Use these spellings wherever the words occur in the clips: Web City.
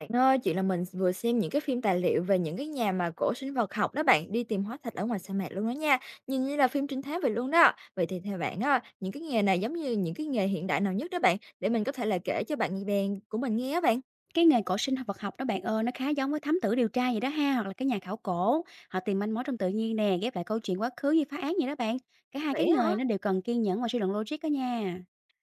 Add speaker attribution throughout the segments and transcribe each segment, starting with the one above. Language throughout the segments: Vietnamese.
Speaker 1: Bạn ơi, chuyện là mình vừa xem những cái phim tài liệu về những cái nhà mà cổ sinh vật học đó bạn, đi tìm hóa thạch ở ngoài sa mạc luôn đó nha, nhìn như là phim trinh thám vậy luôn đó. Vậy thì theo bạn á, những cái nghề này giống như những cái nghề hiện đại nào nhất đó bạn, để mình có thể là kể cho bạn bè của mình nghe á bạn?
Speaker 2: Cái nghề cổ sinh vật học đó bạn ơi, nó khá giống với thám tử điều tra vậy đó ha, hoặc là cái nhà khảo cổ. Họ tìm manh mối trong tự nhiên nè, ghép lại câu chuyện quá khứ như phá án vậy đó bạn. Cả hai cái
Speaker 1: Vậy á hả?
Speaker 2: nghề nó đều cần kiên nhẫn và suy luận logic đó nha.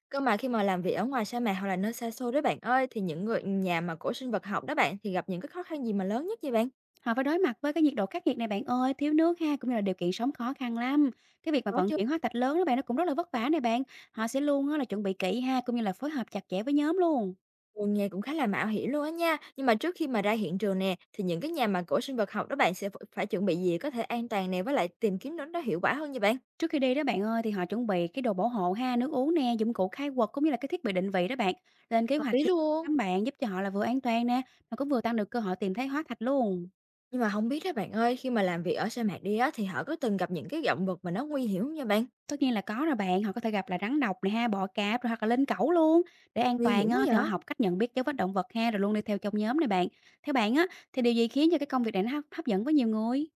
Speaker 1: Cơ mà khi mà làm việc ở ngoài sa mạc hoặc là nơi xa xôi đó bạn ơi, thì những người nhà mà cổ sinh vật học đó bạn, thì gặp những cái khó khăn gì mà lớn nhất vậy bạn?
Speaker 2: Họ phải đối mặt với cái nhiệt độ khắc nghiệt này bạn ơi, thiếu nước ha, cũng như là điều kiện sống khó khăn lắm. Cái việc mà
Speaker 1: Có
Speaker 2: vận
Speaker 1: chưa?
Speaker 2: chuyển hóa thạch lớn đó bạn, nó cũng rất là vất vả này bạn. Họ sẽ luôn á là chuẩn bị kỹ ha, cũng như là phối hợp chặt chẽ với nhóm luôn.
Speaker 1: Ồ, nghe cũng khá là mạo hiểm luôn á nha. Nhưng mà trước khi mà ra hiện trường nè, thì những cái nhà mà cổ sinh vật học đó bạn sẽ phải chuẩn bị gì có thể an toàn nè, với lại tìm kiếm nó hiệu quả hơn nha bạn?
Speaker 2: Trước khi đi đó bạn ơi, thì họ chuẩn bị cái đồ bảo hộ ha, nước uống nè, dụng cụ khai quật cũng như là cái thiết bị định vị đó bạn. Lên kế
Speaker 1: Hợp
Speaker 2: hoạch
Speaker 1: lý
Speaker 2: chi
Speaker 1: luôn.
Speaker 2: lắm bạn, giúp cho họ là vừa an toàn nè, mà cũng vừa tăng được cơ hội tìm thấy hóa thạch luôn.
Speaker 1: Nhưng mà không biết đó bạn ơi, khi mà làm việc ở sa mạc đi á, thì họ có từng gặp những cái động vật mà nó nguy hiểm không nha bạn?
Speaker 2: Tất nhiên là có rồi bạn, họ có thể gặp là rắn độc nè ha, bọ cạp rồi hoặc là linh cẩu luôn. Để an
Speaker 1: Nguy
Speaker 2: toàn
Speaker 1: hiểm
Speaker 2: á,
Speaker 1: quá vậy?
Speaker 2: thì họ học cách nhận biết dấu vết động vật ha, rồi luôn đi theo trong nhóm này bạn. Theo bạn á, thì điều gì khiến cho cái công việc này nó hấp hấp dẫn với nhiều người?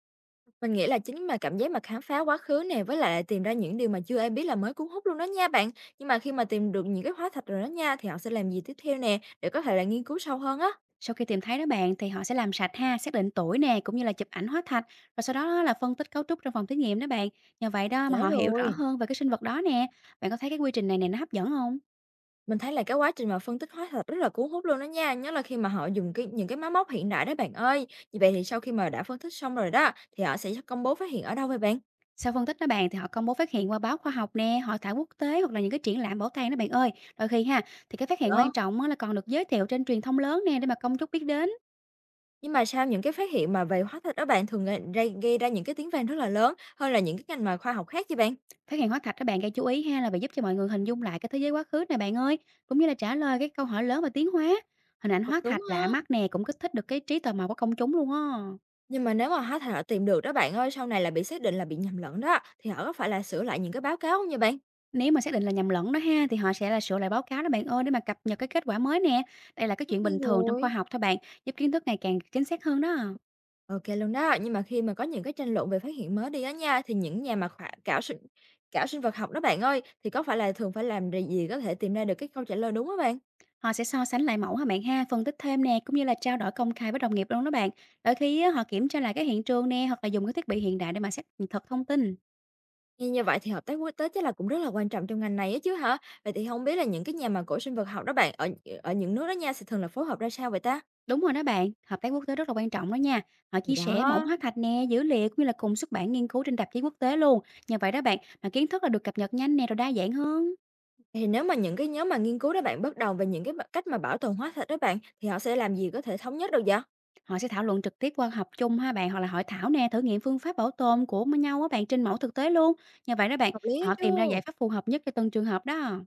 Speaker 1: Mình nghĩ là chính là cảm giác mà khám phá quá khứ nè, với lại tìm ra những điều mà chưa ai biết là mới cuốn hút luôn đó nha bạn. Nhưng mà khi mà tìm được những cái hóa thạch rồi đó nha, thì họ sẽ làm gì tiếp theo nè, để có thể là nghiên cứu sâu hơn á?
Speaker 2: Sau khi tìm thấy đó bạn thì họ sẽ làm sạch ha, xác định tuổi nè, cũng như là chụp ảnh hóa thạch, rồi sau đó là phân tích cấu trúc trong phòng thí nghiệm đó bạn. Nhờ vậy đó mà
Speaker 1: Nhớ
Speaker 2: họ hiểu rõ
Speaker 1: rồi.
Speaker 2: hơn về cái sinh vật đó nè. Bạn có thấy cái quy trình này nè nó hấp dẫn không?
Speaker 1: Mình thấy là cái quá trình mà phân tích hóa thạch rất là cuốn hút luôn đó nha, nhất là khi mà họ dùng những cái máy móc hiện đại đó bạn ơi. Vì vậy thì sau khi mà đã phân tích xong rồi đó, thì họ sẽ công bố phát hiện ở đâu vậy bạn?
Speaker 2: Sau phân tích đó bạn thì họ công bố phát hiện qua báo khoa học nè, hội thảo quốc tế hoặc là những cái triển lãm bảo tàng đó bạn ơi. Đôi khi ha thì cái phát hiện quan
Speaker 1: Đó.
Speaker 2: trọng á là còn được giới thiệu trên truyền thông lớn nè để mà công chúng biết đến.
Speaker 1: Nhưng mà sao những cái phát hiện mà về hóa thạch đó bạn thường gây ra những cái tiếng vang rất là lớn hơn là những cái ngành mà khoa học khác vậy bạn?
Speaker 2: Phát hiện hóa thạch các bạn gây chú ý ha là vì giúp cho mọi người hình dung lại cái thế giới quá khứ này bạn ơi, cũng như là trả lời cái câu hỏi lớn về tiến hóa. Hình ảnh
Speaker 1: Cũng
Speaker 2: hóa
Speaker 1: đúng
Speaker 2: thạch
Speaker 1: ha.
Speaker 2: lạ mắt nè cũng kích thích được cái trí tò mò của công chúng luôn á.
Speaker 1: Nhưng mà nếu mà hóa thạch họ tìm được đó bạn ơi, sau này là bị xác định là bị nhầm lẫn đó, thì họ có phải là sửa lại những cái báo cáo không nha bạn?
Speaker 2: Nếu mà xác định là nhầm lẫn đó ha thì họ sẽ là sửa lại báo cáo đó bạn ơi để mà cập nhật cái kết quả mới nè. Đây là cái
Speaker 1: Tất
Speaker 2: chuyện
Speaker 1: nhiên
Speaker 2: bình thường trong khoa
Speaker 1: rồi.
Speaker 2: học thôi bạn, giúp kiến thức ngày càng chính xác hơn đó.
Speaker 1: OK luôn đó. Nhưng mà khi mà có những cái tranh luận về phát hiện mới đi á nha, thì những nhà mà khảo khảo sinh vật học đó bạn ơi, thì có phải là thường phải làm gì gì có thể tìm ra được cái câu trả lời đúng không bạn?
Speaker 2: Họ sẽ so sánh lại mẫu hả bạn ha, phân tích thêm nè, cũng như là trao đổi công khai với đồng nghiệp luôn đó bạn. Đôi khi á, họ kiểm tra lại cái hiện trường nè, hoặc là dùng cái thiết bị hiện đại để mà xác thực thông tin.
Speaker 1: Nghe như vậy thì hợp tác quốc tế chắc là cũng rất là quan trọng trong ngành này á chứ hả? Vậy thì không biết là những cái nhà mà cổ sinh vật học đó bạn, ở ở những nước đó nha, sẽ thường là phối hợp ra sao vậy ta?
Speaker 2: Đúng rồi đó bạn, hợp tác quốc tế rất là quan trọng đó nha. Họ
Speaker 1: Thì
Speaker 2: chia sẻ mẫu
Speaker 1: đó,
Speaker 2: hóa thạch nè, dữ liệu cũng như là cùng xuất bản nghiên cứu trên tạp chí quốc tế luôn. Nhờ vậy đó bạn, mà kiến thức là được cập nhật nhanh nè rồi đa dạng hơn.
Speaker 1: thì nếu mà những cái nhóm mà nghiên cứu đó bạn bất đồng về những cái cách mà bảo tồn hóa thạch đó bạn, thì họ sẽ làm gì có thể thống nhất được vậy?
Speaker 2: Họ sẽ thảo luận trực tiếp qua học chung ha bạn, hoặc là hội thảo nè, thử nghiệm phương pháp bảo tồn của nhau á bạn trên mẫu thực tế luôn. Nhờ vậy đó bạn,
Speaker 1: Hợp lý á
Speaker 2: họ
Speaker 1: chứ.
Speaker 2: tìm ra giải pháp phù hợp nhất cho từng trường hợp đó.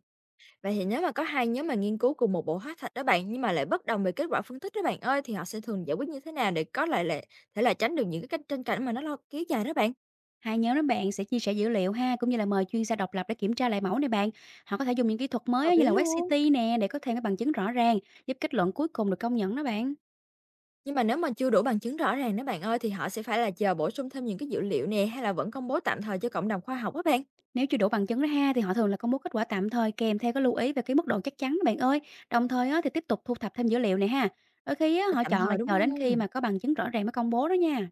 Speaker 1: Vậy thì nếu mà có hai nhóm mà nghiên cứu cùng một bộ hóa thạch đó bạn, nhưng mà lại bất đồng về kết quả phân tích đó bạn ơi, thì họ sẽ thường giải quyết như thế nào để có lại lệ thể là tránh được những cái cách tranh cãi mà nó lo kéo dài đó bạn?
Speaker 2: Hai nhóm đó bạn sẽ chia sẻ dữ liệu ha, cũng như là mời chuyên gia độc lập để kiểm tra lại mẫu này bạn. Họ có thể dùng những kỹ thuật mới á,
Speaker 1: Hợp
Speaker 2: như
Speaker 1: lý
Speaker 2: là Web
Speaker 1: luôn.
Speaker 2: City nè để có thêm cái bằng chứng rõ ràng, giúp kết luận cuối cùng được công nhận đó bạn.
Speaker 1: Nhưng mà nếu mà chưa đủ bằng chứng rõ ràng đó bạn ơi, thì họ sẽ phải là chờ bổ sung thêm những cái dữ liệu nè, hay là vẫn công bố tạm thời cho cộng đồng khoa học đó bạn?
Speaker 2: Nếu chưa đủ bằng chứng đó ha thì họ thường là công bố kết quả tạm thời kèm theo cái lưu ý về cái mức độ chắc chắn đó bạn ơi. Đồng thời á, thì tiếp tục thu thập thêm dữ liệu này ha. Đôi khi á,
Speaker 1: Là
Speaker 2: họ
Speaker 1: tạm
Speaker 2: chọn là
Speaker 1: thời đúng
Speaker 2: chờ đến khi
Speaker 1: không?
Speaker 2: mà có bằng chứng rõ ràng mới công bố đó nha.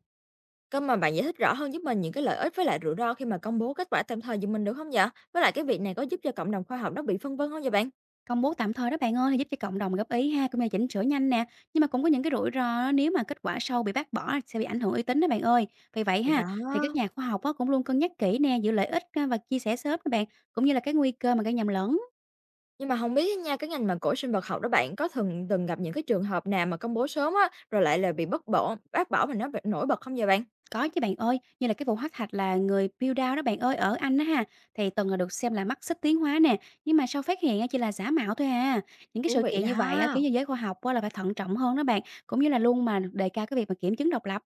Speaker 1: Cơ mà bạn giải thích rõ hơn giúp mình những cái lợi ích với lại rủi ro khi mà công bố kết quả tạm thời giùm mình được không vậy? Với lại cái việc này có giúp cho cộng đồng khoa học nó bị phân vân không vậy bạn?
Speaker 2: Công bố tạm thời đó bạn ơi thì giúp cho cộng đồng góp ý ha cũng như là chỉnh sửa nhanh nè. Nhưng mà cũng có những cái rủi ro á, nếu mà kết quả sâu bị bác bỏ sẽ bị ảnh hưởng uy tín đó bạn ơi. Vì vậy
Speaker 1: Thì
Speaker 2: ha
Speaker 1: đó.
Speaker 2: thì các nhà khoa học á, cũng luôn cân nhắc kỹ nè giữa lợi ích á, và chia sẻ sớm các bạn cũng như là cái nguy cơ mà gây nhầm lẫn.
Speaker 1: Nhưng mà không biết á nha, cái ngành mà cổ sinh vật học đó bạn có thường từng gặp những cái trường hợp nào mà công bố sớm á, rồi lại là bị bất bỏ bác bỏ mà nó b nổi bật không vậy bạn?
Speaker 2: Có chứ bạn ơi, như là cái vụ hắc Thạch là người Pew Down đó bạn ơi, ở Anh đó ha, thì từng là được xem là mắt xích tiến hóa nè, nhưng mà sau phát hiện á chỉ là giả mạo thôi à. Những cái
Speaker 1: Thú
Speaker 2: sự
Speaker 1: vị
Speaker 2: kiện như vậy á,
Speaker 1: đó!
Speaker 2: khiến cho giới khoa học á là phải thận trọng hơn đó bạn, cũng như là luôn mà đề cao cái việc mà kiểm chứng độc lập.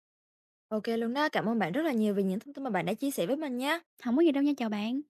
Speaker 1: OK luôn đó. Cảm ơn bạn rất là nhiều vì những thông tin mà bạn đã chia sẻ với mình nha.
Speaker 2: Không có gì đâu nha, chào bạn.